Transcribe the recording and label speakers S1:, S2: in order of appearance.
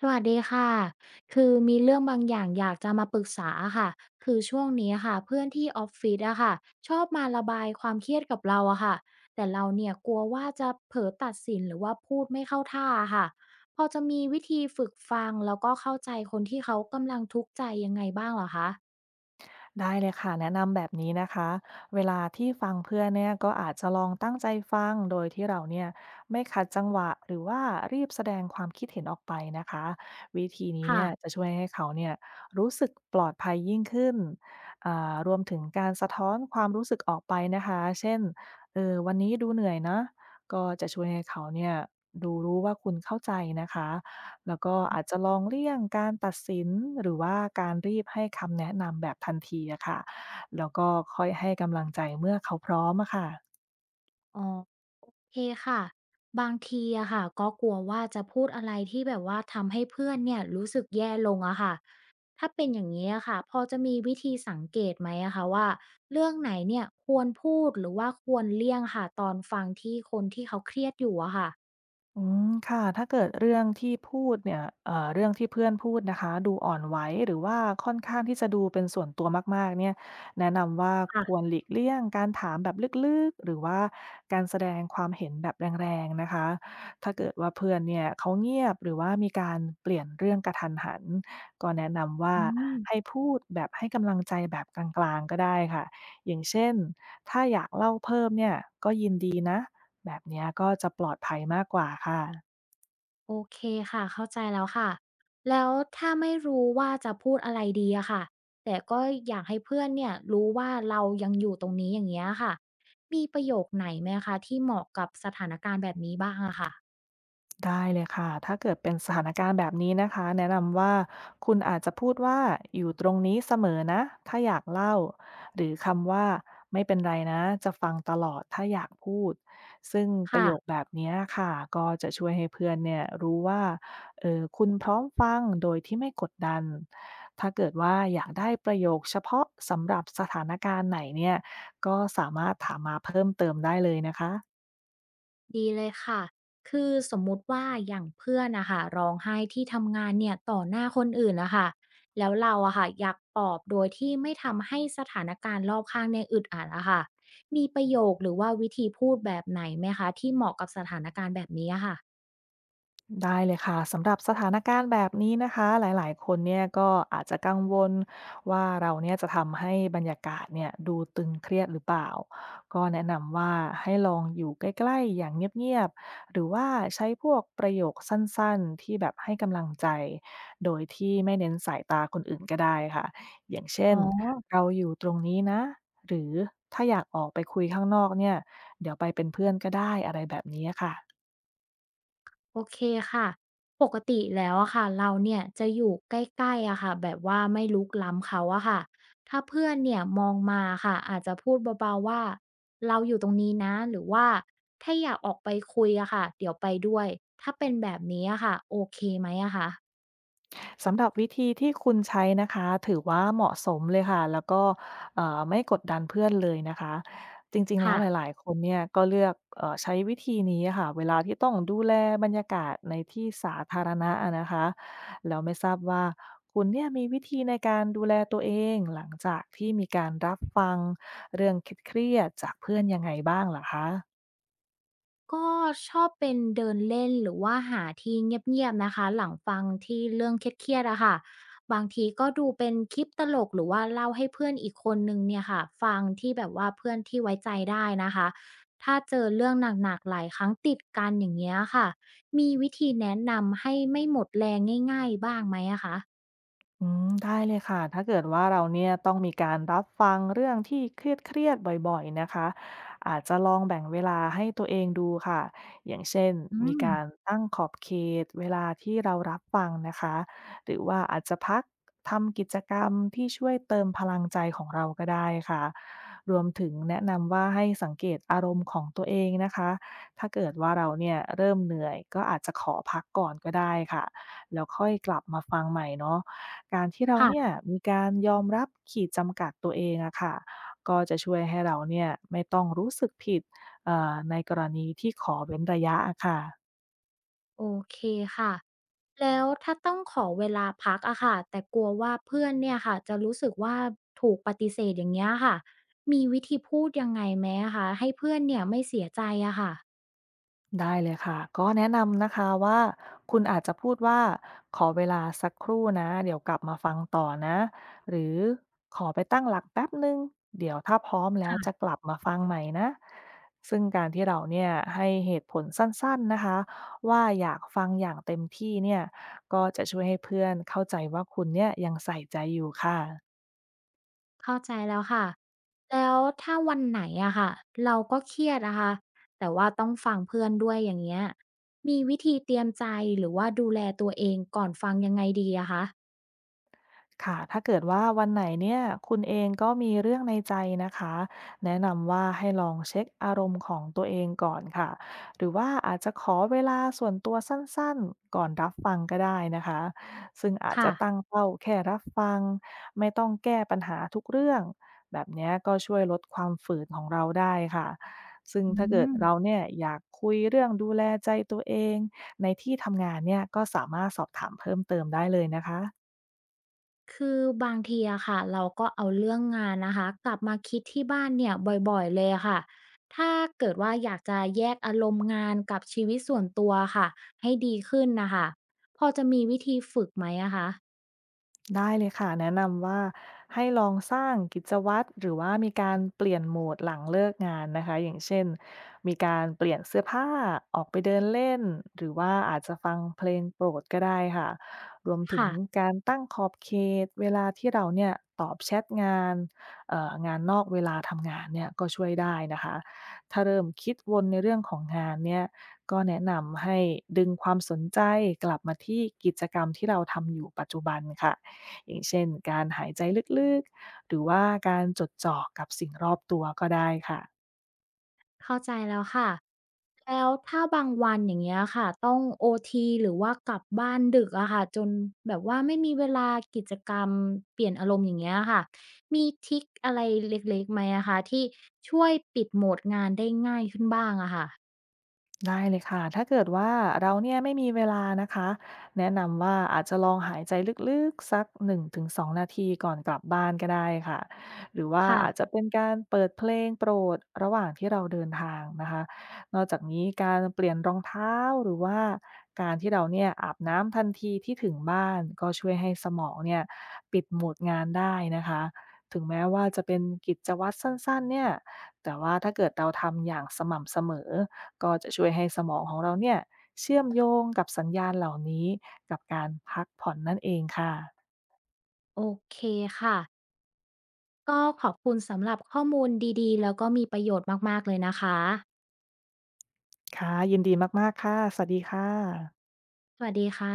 S1: สวัสดีค่ะ คือมีเรื่องบางอย่างอยากจะมาปรึกษาค่ะ คือช่วงนี้ค่ะเพื่อนที่ออฟฟิศอะค่ะชอบมาระบายความเครียดกับเราอะค่ะ แต่เราเนี่ยกลัวว่าจะเผลอตัดสินหรือว่าพูดไม่เข้าท่าค่ะ พอจะมีวิธีฝึกฟังแล้วก็เข้าใจคนที่เขากำลังทุกข์ใจยังไงบ้างเหรอคะ
S2: ได้เลยค่ะแนะนำแบบนี้นะคะเวลาที่ฟังเพื่อนเนี่ยก็อาจจะลองตั้งใจฟังโดยที่เราเนี่ยไม่ขัดจังหวะหรือว่ารีบแสดงความคิดเห็นออกไปนะคะวิธีนี้
S1: ค่ะ
S2: เนี่ยจะช่วยให้เขาเนี่ยรู้สึกปลอดภัยยิ่งขึ้นรวมถึงการสะท้อนความรู้สึกออกไปนะคะเช่นเออวันนี้ดูเหนื่อยนะก็จะช่วยให้เขาเนี่ยดูรู้ว่าคุณเข้าใจนะคะ แล้วก็อาจจะลองเลี่ยงการตัดสินหรือว่าการรีบให้คำแนะนำแบบทันทีอะค่ะแล้วก็ค่อยให้กำลังใจเมื่อเขาพร้อมอะค่ะ
S1: อ๋อโอเคค่ะบางทีอะค่ะก็กลัวว่าจะพูดอะไรที่แบบว่าทำให้เพื่อนเนี่ยรู้สึกแย่ลงอะค่ะถ้าเป็นอย่างนี้อะค่ะพอจะมีวิธีสังเกตไหมอะคะว่าเรื่องไหนเนี่ยควรพูดหรือว่าควรเลี่ยงค่ะตอนฟังที่คนที่เขาเครียดอยู่อะค่ะ
S2: อืมค่ะถ้าเกิดเรื่องที่พูดเนี่ยเรื่องที่เพื่อนพูดนะคะดูอ่อนไหวหรือว่าค่อนข้างที่จะดูเป็นส่วนตัวมากๆเนี่ยแนะนำว่าควร
S1: ค่ะ
S2: หลีกเลี่ยงการถามแบบลึกๆหรือว่าการแสดงความเห็นแบบแรงๆนะคะถ้าเกิดว่าเพื่อนเนี่ยเขาเงียบหรือว่ามีการเปลี่ยนเรื่องกระทันหันก็แนะนำว่า
S1: อืม
S2: ให้พูดแบบให้กำลังใจแบบกลางๆก็ได้ค่ะอย่างเช่นถ้าอยากเล่าเพิ่มเนี่ยก็ยินดีนะ แบบเนี้ยก็จะปลอดภัยมากกว่าค่ะ
S1: โอเคค่ะเข้าใจแล้วค่ะแล้วถ้าไม่รู้ว่าจะพูดอะไรดีอะค่ะแต่ก็อยากให้เพื่อนเนี่ยรู้ว่าเรายังอยู่ตรงนี้อย่างเงี้ยค่ะมีประโยคไหนไหมคะที่เหมาะกับสถานการณ์แบบนี้บ้างอะค่ะ
S2: ได้เลยค่ะ ถ้าเกิดเป็นสถานการณ์แบบนี้นะคะ แนะนำว่าคุณอาจจะพูดว่าอยู่ตรงนี้เสมอนะ ถ้าอยากเล่าหรือคำว่าไม่เป็นไรนะจะฟังตลอดถ้าอยากพูด ซึ่งประ
S1: ค่ะ
S2: โยคแบบเนี้ยค่ะก็จะช่วยให้เพื่อนเนี่ยรู้ว่าเออคุณพร้อมฟังโดยที่ไม่กดดัน ถ้าเกิดว่าอยากได้ประโยคเฉพาะสำหรับสถานการณ์ไหนเนี่ยก็สามารถถามมาเพิ่มเติมได้เลยนะคะ
S1: ดีเลยค่ะ คือสมมุติว่าอย่างเพื่อนนะคะร้องไห้ที่ทำงานเนี่ยต่อหน้าคนอื่นนะคะแล้วเราอะค่ะอยากปลอบโดยที่ไม่ทำให้สถานการณ์รอบข้างเนี่ยอึดอัดอะค่ะ มีประโยคหรือว่าวิธีพูดแบบไหนไหมคะที่เหมาะกับสถานการณ์แบบนี้อะค่ะ
S2: ได้เลยค่ะสำหรับสถานการณ์แบบนี้นะคะหลายๆคนเนี่ยก็อาจจะกังวลว่าเราเนี่ยจะทำให้บรรยากาศเนี่ยดูตึงเครียดหรือเปล่าก็แนะนำว่าให้ลองอยู่ใกล้ๆอย่างเงียบๆหรือว่าใช้พวกประโยคสั้นๆที่แบบให้กำลังใจโดยที่ไม่เน้นสายตาคนอื่นก็ได้ค่ะอย่างเช่
S1: อ๋
S2: น
S1: อ
S2: เราอยู่ตรงนี้นะหรือถ้าอยากออกไปคุยข้างนอกเนี่ยเดี๋ยวไปเป็นเพื่อนก็ได้อะไรแบบนี้ค่ะ
S1: โอเคค่ะปกติแล้วอะค่ะเราเนี่ยจะอยู่ใกล้ๆอะค่ะแบบว่าไม่ลุกล้ำเขาอะค่ะถ้าเพื่อนเนี่ยมองมาค่ะอาจจะพูดเบาๆว่าเราอยู่ตรงนี้นะหรือว่าถ้าอยากออกไปคุยอะค่ะเดี๋ยวไปด้วยถ้าเป็นแบบนี้อะค่ะโอเคไหมอะคะ
S2: สำหรับวิธีที่คุณใช้นะคะถือว่าเหมาะสมเลยค่ะแล้วก็ไม่กดดันเพื่อนเลยนะคะจริงๆแล้ว
S1: ค่ะ
S2: หลายๆคนเนี่ยก็เลือกใช้วิธีนี้อะค่ะเวลาที่ต้องดูแลบรรยากาศในที่สาธารณะอะนะคะแล้วไม่ทราบว่าคุณเนี่ยมีวิธีในการดูแลตัวเองหลังจากที่มีการรับฟังเรื่องเครียดๆจากเพื่อนยังไงบ้างเหรอคะ
S1: ก็ชอบเป็นเดินเล่นหรือว่าหาที่เงียบๆนะคะหลังฟังที่เรื่องเครียดๆอะค่ะบางทีก็ดูเป็นคลิปตลกหรือว่าเล่าให้เพื่อนอีกคนนึงเนี่ยค่ะฟังที่แบบว่าเพื่อนที่ไว้ใจได้นะคะถ้าเจอเรื่องหนักๆหลายครั้งติดกันอย่างเงี้ยค่ะมีวิธีแนะนำให้ไม่หมดแรงง่ายๆบ้างไหมอะคะ
S2: อืมได้เลยค่ะถ้าเกิดว่าเราเนี่ยต้องมีการรับฟังเรื่องที่เครียดๆบ่อยๆนะคะอาจจะลองแบ่งเวลาให้ตัวเองดูค่ะอย่างเช่น
S1: อื
S2: มี
S1: ม
S2: การตั้งขอบเขตเวลาที่เรารับฟังนะคะหรือว่าอาจจะพักทำกิจกรรมที่ช่วยเติมพลังใจของเราก็ได้ค่ะรวมถึงแนะนำว่าให้สังเกตอารมณ์ของตัวเองนะคะถ้าเกิดว่าเราเนี่ยเริ่มเหนื่อยก็อาจจะขอพักก่อนก็ได้ค่ะแล้วค่อยกลับมาฟังใหม่เนาะ การที่เราเนี่ย
S1: ค่ะ
S2: มีการยอมรับขีดจำกัดตัวเองอะค่ะก็จะช่วยให้เราเนี่ยไม่ต้องรู้สึกผิดในกรณีที่ขอเว้นระยะอะค่ะ
S1: โอเคค่ะแล้วถ้าต้องขอเวลาพักอะค่ะแต่กลัวว่าเพื่อนเนี่ยค่ะจะรู้สึกว่าถูกปฏิเสธอย่างเงี้ยค่ะมีวิธีพูดยังไงไหมอะคะให้เพื่อนเนี่ยไม่เสียใจอะค่ะ
S2: ได้เลยค่ะก็แนะนำนะคะว่าคุณอาจจะพูดว่าขอเวลาสักครู่นะเดี๋ยวกลับมาฟังต่อนะหรือขอไปตั้งหลักแป๊บหนึ่งเดี๋ยวถ้าพร้อมแล้วจะ
S1: ค่ะ
S2: กลับมาฟังใหม่นะซึ่งการที่เราเนี่ยให้เหตุผลสั้นๆนะคะว่าอยากฟังอย่างเต็มที่เนี่ยก็จะช่วยให้เพื่อนเข้าใจว่าคุณเนี่ยยังใส่ใจอยู่ค่ะ
S1: เข้าใจแล้วค่ะแล้วถ้าวันไหนอะค่ะเราก็เครียดนะคะแต่ว่าต้องฟังเพื่อนด้วยอย่างเงี้ยมีวิธีเตรียมใจหรือว่าดูแลตัวเองก่อนฟังยังไงดีอะคะ
S2: ค่ะถ้าเกิดว่าวันไหนเนี่ยคุณเองก็มีเรื่องในใจนะคะแนะนำว่าให้ลองเช็คอารมณ์ของตัวเองก่อนค่ะหรือว่าอาจจะขอเวลาส่วนตัวสั้นๆก่อนรับฟังก็ได้นะคะซึ่งอาจจะตั้
S1: ค่ะ
S2: งเป้าแค่รับฟังไม่ต้องแก้ปัญหาทุกเรื่องแบบเนี้ยก็ช่วยลดความฝืนของเราได้ค่ะซึ่ง
S1: อื
S2: ถ้าเกิด
S1: ม
S2: เราเนี่ยอยากคุยเรื่องดูแลใจตัวเองในที่ทำงานเนี่ยก็สามารถสอบถามเพิ่มเติมได้เลยนะคะ
S1: คือบางทีอะค่ะเราก็เอาเรื่องงานนะคะกลับมาคิดที่บ้านเนี่ยบ่อยๆเลยอะค่ะถ้าเกิดว่าอยากจะแยกอารมณ์งานกับชีวิตส่วนตัวค่ะให้ดีขึ้นนะคะพอจะมีวิธีฝึกไหมอะคะ
S2: ได้เลยค่ะแนะนำว่าให้ลองสร้างกิจวัตรหรือว่ามีการเปลี่ยนโหมดหลังเลิกงานนะคะอย่างเช่นมีการเปลี่ยนเสื้อผ้าออกไปเดินเล่นหรือว่าอาจจะฟังเพลงโปรดก็ได้ค่ะรวมถึง
S1: ค่ะ
S2: การตั้งขอบเขตเวลาที่เราเนี่ยตอบแชทงานงานนอกเวลาทำงานเนี่ยก็ช่วยได้นะคะถ้าเริ่มคิดวนในเรื่องของงานเนี่ยก็แนะนำให้ดึงความสนใจกลับมาที่กิจกรรมที่เราทำอยู่ปัจจุบันค่ะ อย่างเช่นการหายใจลึกๆหรือว่าการจดจ่อกับสิ่งรอบตัวก็ได้ค่ะ
S1: เข้าใจแล้วค่ะแล้วถ้าบางวันอย่างเงี้ยค่ะต้องโอทีหรือว่ากลับบ้านดึกอะค่ะจนแบบว่าไม่มีเวลากิจกรรมเปลี่ยนอารมณ์อย่างเงี้ยค่ะมีทริกอะไรเล็กๆไหมอะคะที่ช่วยปิดโหมดงานได้ง่ายขึ้นบ้างอะค่ะ
S2: ได้เลยค่ะถ้าเกิดว่าเราเนี่ยไม่มีเวลานะคะแนะนำว่าอาจจะลองหายใจลึกๆสักหนึึ่งงถง2 นาทีก่อนกลับบ้านก็ได้ค่ะ หรือว่า
S1: ค่ะ
S2: อาจจะเป็นการเปิดเพลงโปรดระหว่างที่เราเดินทางนะคะ นอกจากนี้การเปลี่ยนรองเท้าหรือว่าการที่เราเนี่ยอาบน้ำทันทีที่ถึงบ้านก็ช่วยให้สมองเนี่ยปิดโหมดงานได้นะคะ ถึงแม้ว่าจะเป็นกิจวัตรสั้นๆเนี่ยแต่ว่าถ้าเกิดเราทำอย่างสม่ำเสมอ ก็จะช่วยให้สมองของเราเนี่ยเชื่อมโยงกับสัญญาณเหล่านี้กับการพักผ่อนนั่นเองค่ะ
S1: โอเคค่ะก็ขอบคุณสำหรับข้อมูลดีๆแล้วก็มีประโยชน์มากๆเลยนะคะ
S2: ค่ะยินดีมากๆค่ะสวัสดีค่ะ
S1: สวัสดีค่ะ